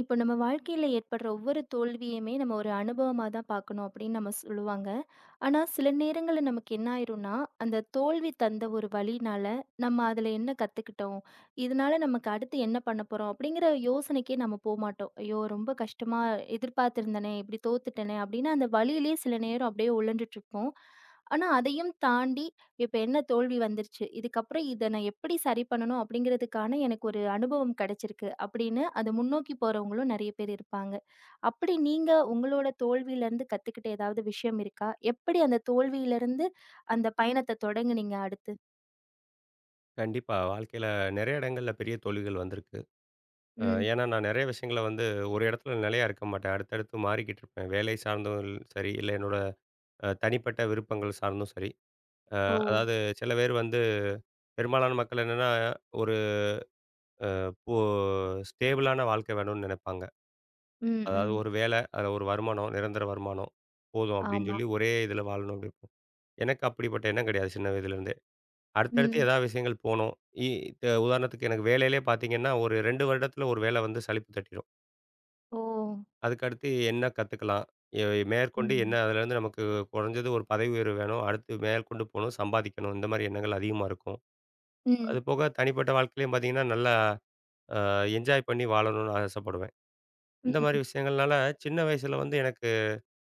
இப்போ நம்ம வாழ்க்கையில ஏற்படுற ஒவ்வொரு தோல்வியுமே நம்ம ஒரு அனுபவமா தான் பார்க்கணும் அப்படின்னு நம்ம சொல்லுவாங்க. ஆனா, சில நேரங்கள்ல நமக்கு என்ன ஆயிரும்னா, அந்த தோல்வி தந்த ஒரு வலினால நம்ம அதுல என்ன கத்துக்கிட்டோம்? இதனால நமக்கு அடுத்து என்ன பண்ண போறோம்? அப்படிங்கிற யோசனைக்கே நம்ம போமாட்டோம். ஐயோ! ரொம்ப கஷ்டமா எதிர்பார்த்திருந்தனே, இப்படி தோத்துட்டனே அப்படின்னு அந்த வலியிலேயே சில நேரம் அப்படியே உழண்டுட்டு இருப்போம். ஆனா, அதையும் தாண்டி இப்ப என்ன தோல்வி வந்துருச்சு. இதுக்கப்புறம் இத நான் எப்படி சரி பண்ணணும் அப்படிங்கிறதுக்கான எனக்கு ஒரு அனுபவம் கிடைச்சிருக்கு. அப்படின்னு அத முன்னோக்கி போறவங்களும் நெறைய பேர் இருப்பாங்க. அப்படி நீங்க உங்களோட தோல்வியிலருந்து கத்துக்கிட்ட ஏதாவது விஷயம் இருக்கா? எப்படி அந்த தோல்வியிலருந்து அந்த பயணத்த தொடங்குனீங்க அடுத்து? கண்டிப்பா. வாழ்க்கையில நெறைய இடங்கள்ல பெரிய தோல்விகள் வந்திருக்கு. அ ம். ஏன்னா நான் நெறைய விஷயங்கள வந்து ஒரு இடத்துல நிலையா இருக்க மாட்டேன். அடுத்தடுத்து மாறிக்கிட்டு இருப்பேன். வேலை சார்ந்தும் சரி, இல்ல என்னோட தனிப்பட்ட விருப்பங்கள் சார்ந்தும் சரி. அ ஓ! அதாவது சில பேர் வந்து பெரும்பாலான மக்கள் என்னன்னா, ஒரு போ ஸ்டேபிளான வாழ்க்கை வேணும்னு நெனைப்பாங்க. ம், அதாவது ம். ஒரு வேலை, அதில ஒரு வருமானம், நிரந்தர வருமானம் போதும் அப்படின்னு ஆமா. சொல்லி ஒரே இதில வாழணும் அப்படின்னு. எனக்கு அப்படிப்பட்ட எண்ணம் கிடையாது சின்ன வயதிலருந்தே. அடுத்தடுத்து ம். எதா விஷயங்கள் போணும். இ த உதாரணத்துக்கு எனக்கு வேலையிலே பார்த்தீங்கன்னா, ஒரு 2 வருடத்தில ஒரு வேலை வந்து சலிப்பு தட்டிரும். ஓ! அதுக்கு அடுத்து என்ன கத்துக்கலாம்? எ மேற்கொண்டு என்ன ம். அதுலேருந்து நமக்கு குறைஞ்சது ஒரு பதவி உயர்வு வேணும். அடுத்து மேற்கொண்டு போணும், சம்பாதிக்கணும். இந்த மாரி எண்ணங்கள் அதிகமா இருக்கும். ம். அது போக தனிப்பட்ட வாழ்க்கையிலயும் பார்த்தீங்கன்னா, நல்லா அ என்ஜாய் பண்ணி வாழணும்னு ஆசைப்படுவேன். ம். இந்த மாரி ம். விஷயங்கள்னால சின்ன வயசுல வந்து எனக்கு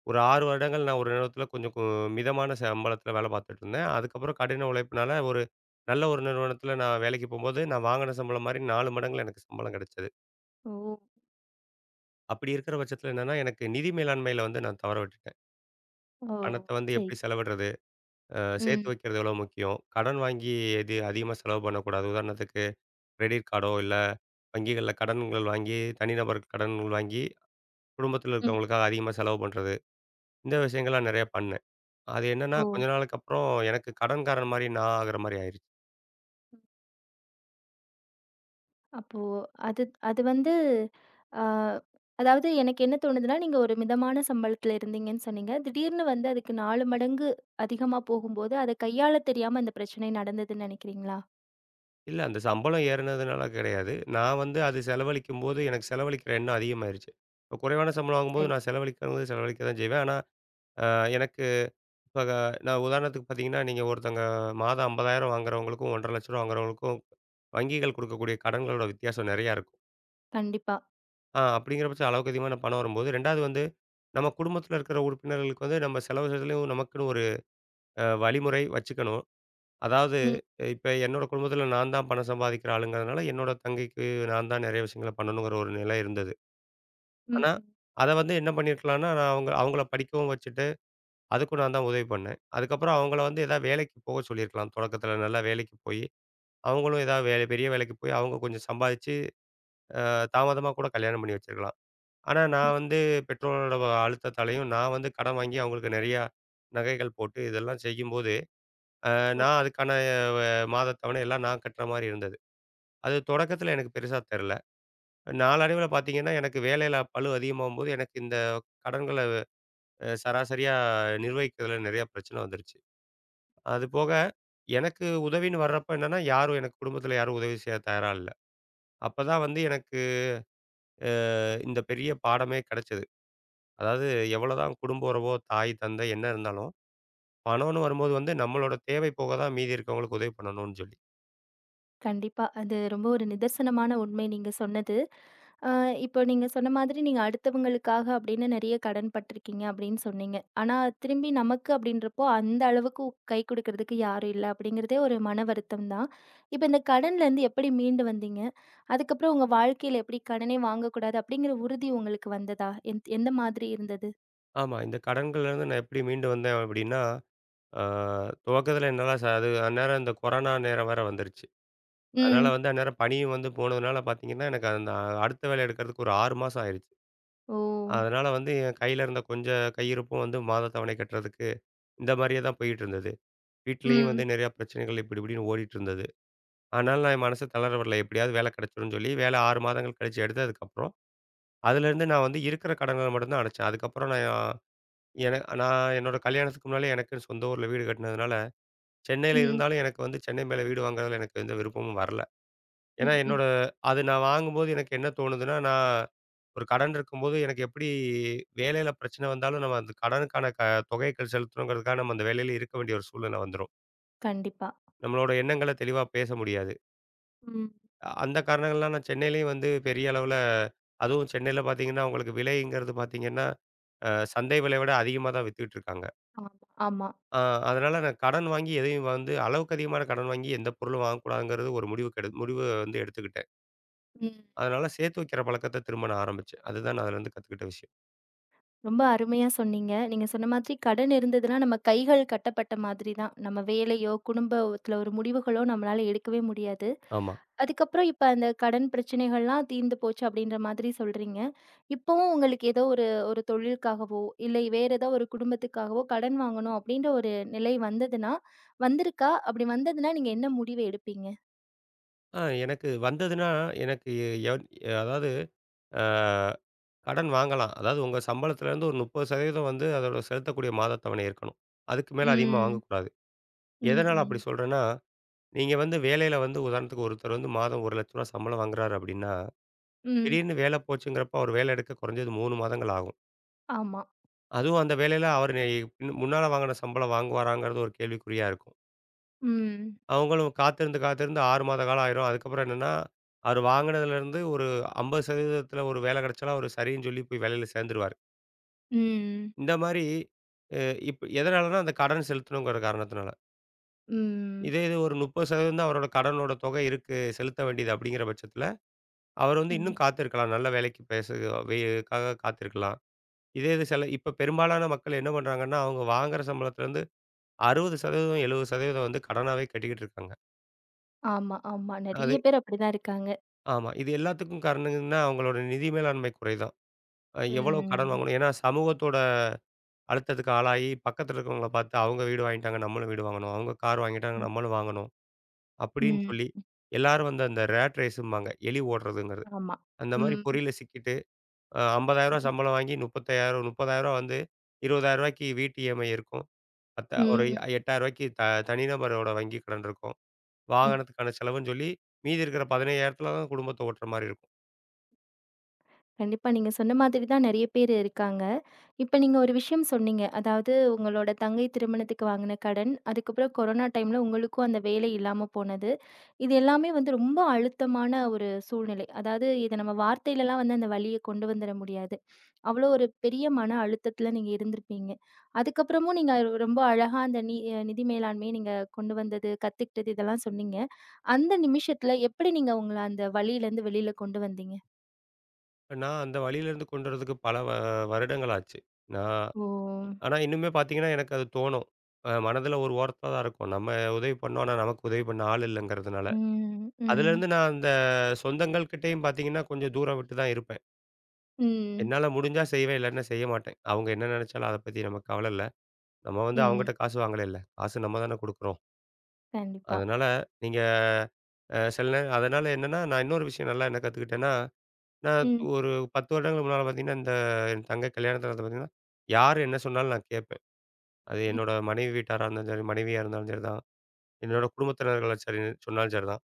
ஒரு 6 வருடங்கள் நான் ஒரு நிறுவனத்தில கொஞ்சம் மிதமான சம்பளத்தில வேலை பார்த்துட்டு இருந்தேன். அதுக்கப்புறம் கடின உழைப்புனால ஒரு நல்ல ஒரு நிறுவனத்தில நான் வேலைக்கு போம்போது, நான் வாங்கின சம்பளம் மாரி 4 மடங்குல எனக்கு சம்பளம் கிடைச்சது. ஓ! அப்படி இருக்கிற பட்சத்தில என்னன்னா, எனக்கு நிதி மேலாண்மையில வந்து நான் தவற விட்டுட்டேன். ஓ! பணத்த வந்து சரி. எப்படி செலவிடுறது? சேர்த்து ம். வைக்கிறது எவ்வளோ முக்கியம்? கடன் வாங்கி எது அதிகமா செலவு பண்ணக்கூடாது. உதாரணத்துக்கு கிரெடிட் கார்டோ, இல்ல வங்கிகள்ல கடன்கள் வாங்கி, தனிநபர் கடன்கள் வாங்கி, குடும்பத்தில ம். இருக்கிறவங்களுக்காக அதிகமா செலவு பண்றது. இந்த விஷயங்கள்லாம் நெறைய பண்ணேன். அது என்னன்னா, ஓ! கொஞ்ச நாளுக்கு அப்புறம் எனக்கு கடன்காரன் மாரி நான் ஆகுற மாரி ஆயிருச்சு. அப்போ அது அது வந்து ஆ, அதாவது எனக்கு என்ன தோணுதுன்னா, நீங்க ஒரு மிதமான சம்பளத்துல இருந்தீங்கன்னு சொன்னீங்க. திடீர்னு வந்து அதுக்கு 4 மடங்கு அதிகமா போகும்போது, அத கையாள தெரியாம இந்த பிரச்சனை நடந்ததுன்னு நெனைக்கிறீங்களா? இல்ல அந்த சம்பளம் ஏறுனதுனால கிடையாது. நான் வந்து அது செலவழிக்கும்போது, எனக்கு செலவழிக்கிற எண்ணம் அதிகமாயிருச்சு. இப்ப குறைவான சம்பளம் சரி. வாங்கும்போது சரி. நான் செலவழிக்கிறது செலவழிக்க தான் செய்வேன். ஆனா, அ எனக்கு இப்ப க நான் உதாரணத்துக்கு பார்த்தீங்கன்னா, நீங்க ஒருத்தங்க மாதம் 50,000 வாங்குறவங்களுக்கும், ரூ. 1,50,000 வாங்குறவங்களுக்கும் வங்கிகள் குடுக்கக்கூடிய கடன்களோட வித்தியாசம் நெறையா இருக்கும். கண்டிப்பா. அப்படிங்கிற பட்சம் அளவுக்கு அதிகமான பணம் வரும்போது, 2வது வந்து நம்ம குடும்பத்தில இருக்கிற உறுப்பினர்களுக்கு வந்து நம்ம செலவு செய்றதுலயும் நமக்குன்னு ஒரு வழிமுறை வச்சுக்கணும். அதாவது ம், இப்ப என்னோட குடும்பத்துல நான் தான் பணம் சம்பாதிக்கிற ஆளுங்கிறதுனால, என்னோட தங்கைக்கு நான் தான் நெறைய விஷயங்கள பண்ணணுங்கிற ஒரு நிலை இருந்தது. ம், ஆனா, ம். அத வந்து என்ன பண்ணியிருக்கலாம்னா, நான் அவங்கள படிக்கவும் வச்சுட்டு, அதுக்கும் நான் தான் உதவி பண்ணேன். அதுக்கப்புறம் அவங்கள வந்து ஏதாவது வேலைக்கு போக சொல்லியிருக்கலாம். தொடக்கத்துல நல்லா வேலைக்கு போயி, அவங்களும் ஏதாவது வேலை பெரிய வேலைக்கு போய் அவங்க கொஞ்சம் சம்பாதிச்சு, தாமதமா கூட கல்யாணம் பண்ணி வச்சிருக்கலாம். ஆனா ம். நான் வந்து பெற்றோரோட அழுத்தத்தாலயும், நான் வந்து கடன் வாங்கி அவங்களுக்கு நெறையா நகைகள் போட்டு இதெல்லாம் செய்யும்போது, அ ஓ! நான் அதுக்கான வ மாதத் தவணை எல்லாம் நான் கட்டுற மாரி இருந்தது. அது தொடக்கத்தில எனக்கு பெருசா தெரில. நாளடைவில பார்த்தீங்கன்னா, எனக்கு வேலையில பளு அதிகமாகும்போது, எனக்கு இந்த கடன்கள சராசரியா நிர்வகிக்கிறதுல நெறையா பிரச்சனை வந்துருச்சு. அது போக எனக்கு உதவின்னு வர்றப்ப என்னன்னா, யாரும் எனக்கு குடும்பத்தில யாரும் உதவி செய்ய தயாரா இல்ல. அப்பதான் வந்து எனக்கு இந்த பெரிய பாடமே கெடைச்சது. அதாவது எவ்வளோதான் குடும்ப உறவோ, தாய், தந்தை என்ன இருந்தாலும், பணம்னு வரும்போது வந்து நம்மளோட தேவை போக தான் மீதி இருக்கவங்களுக்கு உதவி பண்ணணும்னு சொல்லி. கண்டிப்பா. அது ரொம்ப ஒரு நிதர்சனமான உண்மை நீங்க சொன்னது. ஆ, இப்போ நீங்க சொன்ன மாதிரி நீங்க அடுத்தவங்களுக்காக அப்படின்னு நெறைய கடன் பட்டுருக்கீங்க அப்படின்னு சொன்னீங்க. ஆனா திரும்பி நமக்கு அப்படின்றப்போ அந்த அளவுக்கு கை குடுக்குறதுக்கு யாரும் இல்ல அப்படிங்கிறதே ஒரு மன வருத்தம் தான். இப்ப இந்த கடன்லேருந்து எப்படி மீண்டு வந்தீங்க? அதுக்கப்புறம் உங்க வாழ்க்கையில எப்படி கடனே வாங்கக்கூடாது அப்படிங்கிற உறுதி உங்களுக்கு வந்ததா? எந்த மாதிரி இருந்தது? ஆமா. இந்த கடன்கள்லேருந்து நான் எப்படி மீண்டு வந்தேன் அப்படின்னா ஆ துவக்கத்தில என்னால அது அந்நேரம் இந்த கொரோனா நேரம் வேற வந்துருச்சு. அதனால ம். வந்து அந்நேரம் பணியும் வந்து போனதுனால பார்த்தீங்கன்னா, எனக்கு அந்த அடுத்த வேலை எடுக்கிறதுக்கு ஒரு 6 மாசம் ஆயிருச்சு. ஓ! அதனால வந்து என் கையில இருந்த கொஞ்சம் கையிருப்பும் வந்து மாத தவணை கட்டுறதுக்கு, இந்த மாரியே தான் போயிட்டு இருந்தது. வீட்லயும் வந்து ம். நிறையா பிரச்சனைகள் இப்படி இப்படின்னு ஓடிட்டு இருந்தது. அதனால நான் என் மனசு தளர விடல. எப்படியாவது வேலை கிடைச்சிரும்னு சொல்லி வேலை 6 மாதங்கள் கழிச்சு எடுத்ததுக்கப்புறம், அதிலேருந்து நான் வந்து இருக்கிற கடன்கள மட்டும் தான் அடைச்சேன். அதுக்கப்புறம் நான் நான் என்னோட கல்யாணத்துக்கு முன்னாலே எனக்குன்னு சொந்த ஊர்ல வீடு கட்டினதுனால சென்னையில ம். இருந்தாலும் எனக்கு வந்து சென்னை மேல வீடு வாங்குறதுல எனக்கு எந்த விருப்பமும் வரல. ஏன்னா ம், ம். என்னோட அது நான் வாங்கும்போது எனக்கு என்ன தோணுதுன்னா, நான் ஒரு கடன் இருக்கும்போது எனக்கு எப்படி வேலையில பிரச்சனை வந்தாலும் நம்ம அந்த கடனுக்கான தொகைய செலுத்தணுங்கிறதுக்காக நம்ம அந்த வேலையில இருக்க வேண்டிய ஒரு சூழ்நிலை வந்துரும். கண்டிப்பா. நம்மளோட எண்ணங்கள தெளிவா பேச முடியாது. ம். அந்த காரணங்கள்லாம் நான் சென்னையிலயும் வந்து பெரிய அளவுல அதுவும் சென்னையில பார்த்தீங்கன்னா, உங்களுக்கு விலைங்கிறது பார்த்தீங்கன்னா, அ சந்தை விலைய விட அதிகமா தான் வித்துக்கிட்டு இருக்காங்க. ஆமா, ஆமா. ஆ அதனால நான் கடன் வாங்கி எதையும் வந்து அளவுக்கு அதிகமான கடன் வாங்கி எந்த பொருளும் வாங்கக்கூடாதுங்கிறது ஒரு முடிவுக்கு முடிவு வந்து எடுத்துக்கிட்டேன். ம். அதனால சேர்த்து வைக்கிற பழக்கத்த திரும்ப நான் ஆரம்பிச்சேன். அதுதான் நான் அதுலேருந்து கத்துக்கிட்ட விஷயம். ரொம்ப அருமையா சொன்னீங்க. நீங்க சொன்ன மாதிரி கடன் இருந்ததுன்னா, நம்ம கைகள் கட்டப்பட்ட மாதிரி தான். நம்ம வேலையோ, குடும்பத்துல ஒரு முடிவுகளோ நம்மளால எடுக்கவே முடியாது. ஆமா. அதுக்கப்புறம் இப்ப அந்த கடன் பிரச்சனைகள்லாம் தீர்ந்து போச்சு அப்படின்ற மாதிரி சொல்றீங்க. இப்பவும் உங்களுக்கு ஏதோ ஒரு ஒரு தொழிலுக்காகவோ, இல்லை வேற ஏதோ ஒரு குடும்பத்துக்காகவோ கடன் வாங்கணும் அப்படின்ற ஒரு நிலை வந்ததுன்னா வந்திருக்கா? அப்படி வந்ததுன்னா நீங்க என்ன முடிவு எடுப்பீங்க? எனக்கு வந்ததுன்னா எனக்கு எ- எவ் எ- அதாவது ஆ கடன் வாங்கலாம். அதாவது உங்க சம்பளத்துலேருந்து ஒரு 30% வந்து அதோட செலுத்தக்கூடிய மாதத் தவணை இருக்கணும். அதுக்கு மேல அதிகமா ம். வாங்கக்கூடாது. ம், எதனால அப்படி ம். சொல்றேன்னா, நீங்க வந்து வேலையில வந்து உதாரணத்துக்கு ஒருத்தர் வந்து மாதம் ரூ. 1,00,000 சம்பளம் வாங்குறாரு அப்படின்னா, ம். திடீர்னு வேலை போச்சுங்கிறப்ப அவர் வேலை எடுக்க குறைஞ்சது 3 மாதங்கள் ஆகும். ஆமா. அதுவும் அந்த வேலையில அவரு பின் முன்னால வாங்குன சம்பளம் வாங்குவாராங்கிறது ஒரு கேள்விக்குறியா இருக்கும். ம். அவங்களும் காத்திருந்து, காத்திருந்து 6 மாத காலம் ஆயிரும். அதுக்கப்புறம் என்னன்னா, அவரு வாங்குனதுலேருந்து ஒரு 50% ஒரு வேலை கிடைச்சாலும் அவரு சரின்னு சொல்லி போய் வேலையில சேர்ந்துருவாரு. ம். இந்த மாரி அ இப்ப எதனாலன்னா, அந்த கடன் செலுத்தணுங்கிற காரணத்தினால. ம். இதே இது ஒரு 30% தான் அவரோட கடனோட தொகை இருக்கு செலுத்த வேண்டியது அப்படிங்கிற பட்சத்தில, அவர் வந்து ம். இன்னும் காத்திருக்கலாம். நல்ல வேலைக்கு பேச வே க்காக காத்திருக்கலாம். இதே இது சில இப்ப பெரும்பாலான மக்கள் என்ன பண்றாங்கன்னா, அவங்க வாங்குற சம்பளத்திலேருந்து 60% 70% வந்து கடனாவே கட்டிக்கிட்டு இருக்காங்க. ஆமா, ஆமா. அது நெறைய பேர் அப்படிதான் இருக்காங்க. ஆமா. இது எல்லாத்துக்கும் காரணம்னா அவங்களோட நிதி மேலாண்மை குறைதான். எவ்வளவு கடன் ம். வாங்கணும்? ஏன்னா சமூகத்தோட அழுத்தத்துக்கு ஆளாகி பக்கத்துல இருக்கவங்கள பார்த்து அவங்க வீடு வாங்கிட்டாங்க நம்மளும் வீடு வாங்கணும். அவங்க கார் வாங்கிட்டாங்க ம். நம்மளும் வாங்கணும். அப்படின்னு ம். சொல்லி எல்லாரும் வந்து அந்த ரேட் ரேஸ்ம்பாங்க. எலி ஓடுறதுங்கிறது. ஆமா. அந்த மாரி ம். பொறியில சிக்கிட்டு ரூ. 50,000 சம்பளம் வாங்கி 35,000 ரூ. 30,000 வந்து ரூ. 20,000 வீட்டு இஎம்ஐ இருக்கும். பத்த ஒரு ரூ. ம். 8,000 தனிநபரோட வங்கி கடன் இருக்கும். ம். வாகனத்துக்கான செலவுன்னு சொல்லி, மீதி இருக்கிற 15,000த்துல தான் குடும்பத்த ஓட்டுற மாரி இருக்கும். கண்டிப்பா நீங்க சொன்ன மாதிரி தான் நெறைய பேர் இருக்காங்க. இப்ப நீங்க ஒரு விஷயம் சொன்னீங்க. அதாவது உங்களோட தங்கை திருமணத்துக்கு வாங்குன கடன், அதுக்கப்புறம் கொரோனா டைம்ல உங்களுக்கும் அந்த வேலை இல்லாம போனது. இது எல்லாமே வந்து ரொம்ப அழுத்தமான ஒரு சூழ்நிலை. அதாவது இத நம்ம வார்த்தையிலலாம் வந்து அந்த வலிய கொண்டு வந்துர முடியாது. அவ்வளோ ஒரு பெரிய மன அழுத்தத்துல நீங்க இருந்திருப்பீங்க. அதுக்கப்புறமும் நீங்க ரொம்ப அழகா அந்த நி அ நிதி மேலாண்மைய நீங்க கொண்டு வந்தது, கத்துக்கிட்டது இதெல்லாம் சொன்னீங்க. அந்த நிமிஷத்துல எப்படி நீங்க உங்கள அந்த வலியிலருந்து வெளில கொண்டு வந்தீங்க? நான் அந்த வழியிலேருந்து கொண்டு வரதுக்கு பல வருடங்கள் ஆச்சு. நான் ஓ! ஆனா இன்னுமே பார்த்தீங்கன்னா, எனக்கு அது தோணும். மனதில ஒரு ஓரத்தில தான் இருக்கும். நம்ம உதவி பண்ணோம். ஆனா நமக்கு உதவி பண்ண ஆள் இல்லங்கிறதுனால. ம், ம், அதுலேருந்து நான் அந்த சொந்தங்கள் கிட்டயும் பார்த்தீங்கன்னா, கொஞ்சம் தூரம் விட்டு தான் இருப்பேன். ம், என்னால முடிஞ்சா செய்வேன், இல்லாட்டினா செய்ய மாட்டேன். அவங்க என்ன நெனச்சாலும் அத பத்தி நமக்கு கவல இல்ல. நம்ம வந்து ம். அவங்ககிட்ட காசு வாங்கலைல்ல. காசு நம்ம தானே குடுக்குறோம். கண்டிப்பா. அதனால நீங்க அ சில நேரம் அதனால என்னன்னா, நான் இன்னொரு விஷயம் நல்லா என்ன கத்துக்கிட்டேன்னா நான் ம். ஒரு 10 வருடங்களுக்கு முன்னால பார்த்தீங்கன்னா, இந்த என் தங்கை கல்யாணத்து நேரத்துல பார்த்தீங்கன்னா, யார் என்ன சொன்னாலும் நான் கேட்பேன். அது ம். என்னோட மனைவி வீட்டாரா இருந்தாலும் சரி, மனைவியா இருந்தாலும் சரிதான். என்னோட குடும்பத்தினர்கள சரி சொன்னாலும் சரிதான்.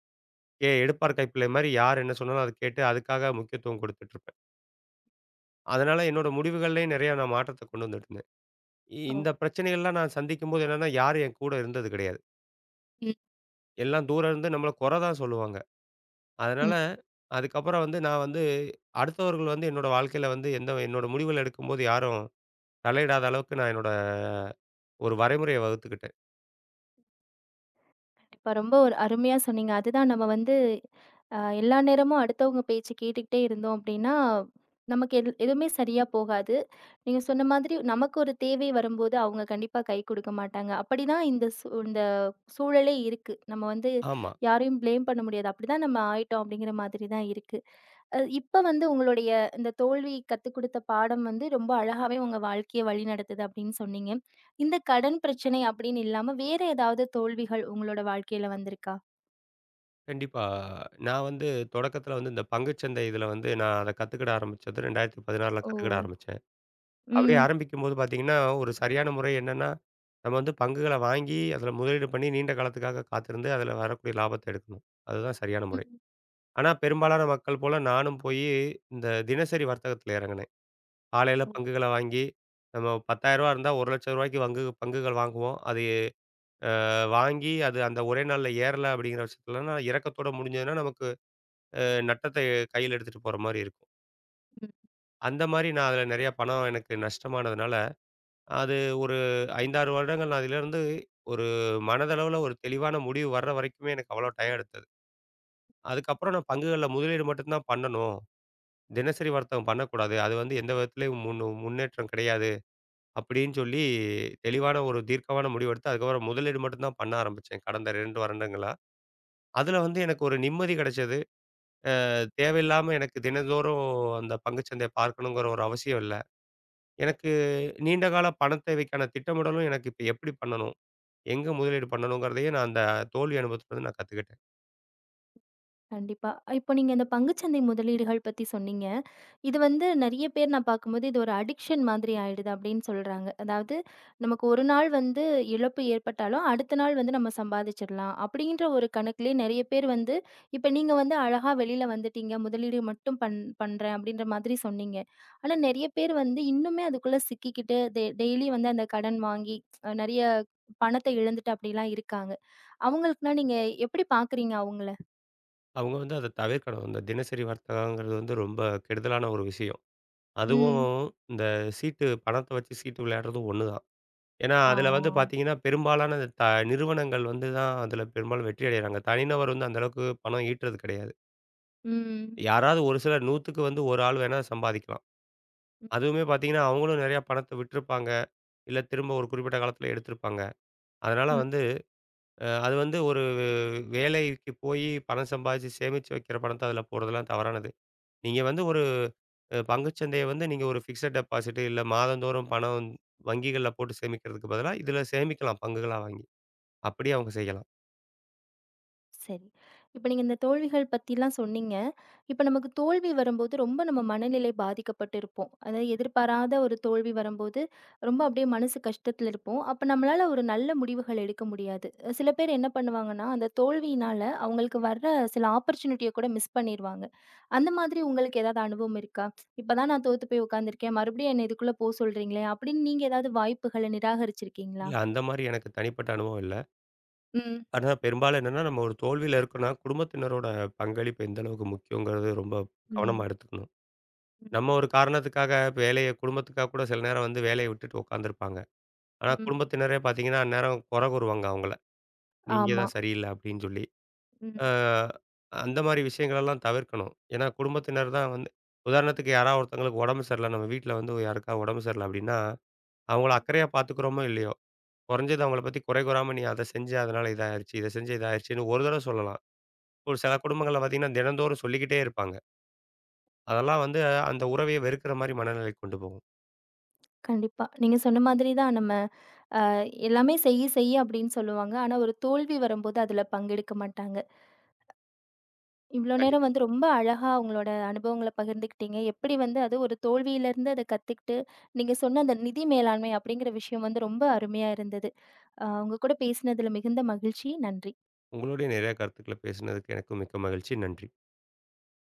எடுப்பார் கைப்பிள்ளை மாரி யார் என்ன சொன்னாலும் அத கேட்டு அதுக்காக முக்கியத்துவம் குடுத்துட்டுருப்பேன். அதனால என்னோட முடிவுகள்லயும் நிறையா நான் மாற்றத்த கொண்டு வந்துட்டுருந்தேன். ஓ! இந்த பிரச்சனைகள்லாம் நான் சந்திக்கும்போது என்னன்னா, யாரும் என் கூட இருந்தது கிடையாது. ம். எல்லாம் தூரம் இருந்து நம்மள குறை தான் சொல்லுவாங்க. அதனால ம். அதுக்கப்புறம் வந்து நான் வந்து அடுத்தவர்கள் வந்து என்னோட வாழ்க்கையில வந்து என்னோட முடிவுகள் எடுக்கும்போது யாரும் தலையிடாத அளவுக்கு நான் என்னோட ஒரு வரைமுறைய வகுத்துக்கிட்டேன். கண்டிப்பா. ரொம்ப ஒரு அருமையா சொன்னீங்க. அதுதான் நம்ம வந்து எல்லா நேரமும் அடுத்தவங்க பேச்சு கேட்டுக்கிட்டே இருந்தோம் அப்டின்னா, நமக்கு எது எதுவுமே சரியா போகாது. நீங்க சொன்ன மாதிரி நமக்கு ஒரு தேவை வரும்போது அவங்க கண்டிப்பா கை குடுக்க மாட்டாங்க. அப்படிதான் இந்த இந்த சூழலே இருக்கு. நம்ம வந்து ஆமா. யாரையும் பிளேம் பண்ண முடியாது. அப்படிதான் நம்ம ஆயிட்டோம் அப்படிங்கிற மாதிரி தான் இருக்கு. இப்ப வந்து உங்களுடைய இந்த தோல்வி கத்துக் குடுத்த பாடம் வந்து ரொம்ப அழகாவே உங்க வாழ்க்கைய வழிநடத்துது அப்படின்னு சொன்னீங்க. இந்த கடன் பிரச்சனை அப்படின்னு இல்லாம வேற ஏதாவது தோல்விகள் உங்களோட வாழ்க்கையில வந்திருக்கா? கண்டிப்பா. நான் வந்து தொடக்கத்தில வந்து இந்த பங்குச்சந்தை இதில வந்து நான் அத கத்துக்கிட ஆரம்பிச்சது 2016ல ஓ! கத்துக்கிட ஆரம்பிச்சேன். அப்படியே ம். ஆரம்பிக்கும்போது பார்த்தீங்கன்னா, ஒரு சரியான முறை என்னன்னா, நம்ம வந்து பங்குகள வாங்கி, அதில முதலீடு பண்ணி நீண்ட காலத்துக்காக காத்திருந்து, அதில வரக்கூடிய லாபத்த எடுக்கணும். அதுதான் சரியான முறை. ம். ஆனா பெரும்பாலான மக்கள் போல நானும் போயி இந்த தினசரி வர்த்தகத்தில இறங்குனேன். காலையில ம். பங்குகள வாங்கி, நம்ம ரூ. 10,000 இருந்தா ரூ. 1,00,000க்கு பங்குகள் வாங்குவோம். அது வாங்கி அது அந்த ஒரே நாள்ல ஏறல அப்படிங்கிற பட்சத்துலன்னா, இரக்கத்தோட முடிஞ்சதுன்னா, நமக்கு நட்டத்தை கையில எடுத்துட்டு போற மாரி இருக்கும். அந்த மாரி நான் அதில நெறைய பணம் எனக்கு நஷ்டமானதுனால, அது ஒரு 5, 6 வருடங்கள் நான் அதிலிருந்து ஒரு மனதளவுல ஒரு தெளிவான முடிவு வர்ற வரைக்குமே எனக்கு அவ்வளோ டயம் எடுத்தது. அதுக்கப்புறம் நான் பங்குகள்ல முதலீடு மட்டும் தான் பண்ணணும். தினசரி வர்த்தகம் பண்ணக்கூடாது. அது வந்து எந்த விதத்திலயும் முன்னேற்றம் கிடையாது. அப்படின்னு சொல்லி தெளிவான ஒரு தீர்க்கமான முடிவெடுத்து, அதுக்கப்புறம் முதலீடு மட்டும் தான் பண்ண ஆரம்பிச்சேன் கடந்த 2 வருடங்களா. அதில வந்து எனக்கு ஒரு நிம்மதி கிடைச்சது. தேவையில்லாம எனக்கு தினந்தோறும் அந்த பங்குச்சந்தைய பார்க்கணுங்கிற ஒரு அவசியம் இல்ல. எனக்கு நீண்ட கால பணத் தேவைக்கான திட்டமிடலும் எனக்கு இப்ப எப்படி பண்ணணும்? எங்க முதலீடு பண்ணணுங்கிறதையே நான் அந்த தோல்வி அனுபவத்துலருந்து நான் கத்துக்கிட்டேன். கண்டிப்பா. இப்போ நீங்க இந்த பங்குச்சந்தை முதலீடுகள் பத்தி சொன்னீங்க. இது வந்து நெறைய பேர் நான் பார்க்கும்போது, இது ஒரு அடிக்ஷன் மாதிரி ஆயிடுது அப்படின்னு சொல்றாங்க. அதாவது நமக்கு ஒரு நாள் வந்து இழப்பு ஏற்பட்டாலும், அடுத்த நாள் வந்து நம்ம சம்பாதிச்சிடலாம். அப்படின்ற ஒரு கணக்குலயே நெறைய பேர் வந்து, இப்ப நீங்க வந்து அழகா வெளியில வந்துட்டீங்க. முதலீடு மட்டும் பண்றேன் அப்படின்ற மாதிரி சொன்னீங்க. ஆனா நெறைய பேர் வந்து இன்னுமே அதுக்குள்ள சிக்கிக்கிட்டு, டெய்லி வந்து அந்த கடன் வாங்கி நெறைய பணத்த இழந்துட்டு அப்படிலாம் இருக்காங்க. அவங்களுக்குனா நீங்க எப்படி பார்க்குறீங்க அவங்கள? அவங்க வந்து அத தவிர்க்கணும். இந்த தினசரி வர்த்தகங்கிறது வந்து ரொம்ப கெடுதலான ஒரு விஷயம். அதுவும் ம். இந்த சீட்டு பணத்த வச்சு சீட்டு விளையாடுறதும் ஒண்ணு தான். ஏன்னா, ஆ. அதுல வந்து பார்த்தீங்கன்னா, பெரும்பாலான த நிறுவனங்கள் வந்து தான் அதுல பெரும்பாலும் வெற்றி அடையறாங்க. தனிநபர் வந்து அந்த அளவுக்கு பணம் ஈட்டுறது கிடையாது. ம். யாராவது ஒரு சிலர் 100க்கு வந்து 1 ஆள் வேணா சம்பாதிக்கலாம். ம். அதுவுமே பார்த்தீங்கன்னா, அவங்களும் நெறையா பணத்த விட்டிருப்பாங்க. இல்ல திரும்ப ஒரு குறிப்பிட்ட காலத்தில எடுத்திருப்பாங்க. அதனால ம். வந்து அது வந்து ஒரு வேலைக்கு போயி பணம் சம்பாதிச்சு சேமிச்சு வைக்கிற பணத்த அதில போடுறதெல்லாம் தவறானது. நீங்க வந்து ஒரு பங்குச்சந்தைய வந்து நீங்க ஒரு பிக்ஸட் டெபாசிட் இல்ல மாதந்தோறும் பணம் வங்கிகள்ல போட்டு சேமிக்கிறதுக்கு பதிலா, இதில சேமிக்கலாம் பங்குகளா வாங்கி. அப்படியே அவங்க செய்யலாம். சரி. இப்ப நீங்க இந்த தோல்விகள் பத்திலாம் சொன்னீங்க. இப்ப நமக்கு தோல்வி வரும்போது ரொம்ப நம்ம மனநிலை பாதிக்கப்பட்டிருப்போம். அதாவது எதிர்பாராத ஒரு தோல்வி வரும்போது, ரொம்ப அப்படியே மனசு கஷ்டத்துல இருப்போம். அப்ப நம்மளால ஒரு நல்ல முடிவுகள் எடுக்க முடியாது. சில பேர் என்ன பண்ணுவாங்கன்னா, அந்த தோல்வியினால அவங்களுக்கு வர்ற சில ஆப்பர்ச்சுனிட்டிய கூட மிஸ் பண்ணிருவாங்க. அந்த மாதிரி உங்களுக்கு ஏதாவது அனுபவம் இருக்கா? இப்பதான் நான் தோத்து போய் உட்காந்துருக்கேன். மறுபடியும் என்ன இதுக்குள்ள போ சொல்றீங்களே! அப்படின்னு நீங்க ஏதாவது வாய்ப்புகள நிராகரிச்சிருக்கீங்களா? இல்ல அந்த மாரி எனக்கு தனிப்பட்ட அனுபவம் இல்ல. ம். ஆனா பெரும்பாலும் என்னன்னா, நம்ம ஒரு தோல்வியில இருக்கோம்னா, குடும்பத்தினரோட பங்களிப்பு எந்த அளவுக்கு முக்கியங்கிறது ரொம்ப கவனமா எடுத்துக்கணும். ம். நம்ம ஒரு காரணத்துக்காக வேலைய குடும்பத்துக்காக கூட சில நேரம் வந்து வேலைய விட்டுட்டு உட்காந்துருப்பாங்க. ஆனா, ம். குடும்பத்தினரே பார்த்தீங்கன்னா, அந்நேரம் கொற கூறுவாங்க அவங்கள. நீங்க ஆமா. தான் சரியில்ல அப்டின்னு சொல்லி. ம். அ அந்த மாரி விஷயங்களெல்லாம் தவிர்க்கணும். ஏன்னா, குடும்பத்தினர் தான் வந்து உதாரணத்துக்கு யாராவது ஒருத்தவங்களுக்கு உடம்பு சரியில்ல, நம்ம வீட்ல வந்து யாருக்காவது உடம்பு சரியில்ல அப்டின்னா, அவங்கள அக்கறையா பார்த்துக்கிறோமோ இல்லையோ, குறைஞ்சது அவங்கள பத்தி குறை கூறாம நீ அத செஞ்ச அதனால இதாயிருச்சு, இத செஞ்ச இதாயிருச்சுன்னு ஒரு தடவ சொல்லலாம். ஒரு சில குடும்பங்கள்ல பார்த்தீங்கன்னா, தினந்தோறும் சொல்லிக்கிட்டே இருப்பாங்க. அதெல்லாம் வந்து அந்த உறவையே வெறுக்கிற மாரி மனநிலைக்கு கொண்டு போகும். கண்டிப்பா. நீங்க சொன்ன மாதிரி தான் நம்ம அ எல்லாமே "செய் செய்" அப்படின்னு சொல்லுவாங்க. ஆனா, ஒரு தோல்வி வரும்போது அதுல பங்கெடுக்க மாட்டாங்க. இவ்ளோ நேரம் கண்டிப்பா. வந்து ரொம்ப அழகா உங்களோட அனுபவங்கள பகிர்ந்துக்கிட்டீங்க. எப்படி வந்து அது ஒரு தோல்வியிலருந்து அத கத்துக்கிட்டு, நீங்க சொன்ன அந்த நிதி மேலாண்மை அப்படிங்கிற விஷயம் வந்து ரொம்ப அருமையா இருந்தது. உங்க கூட பேசினதுல மிகுந்த மகிழ்ச்சி. நன்றி. உங்களுடைய நிறைய கருத்துக்களை பேசினதுக்கு எனக்கும் மிக்க மகிழ்ச்சி. நன்றி.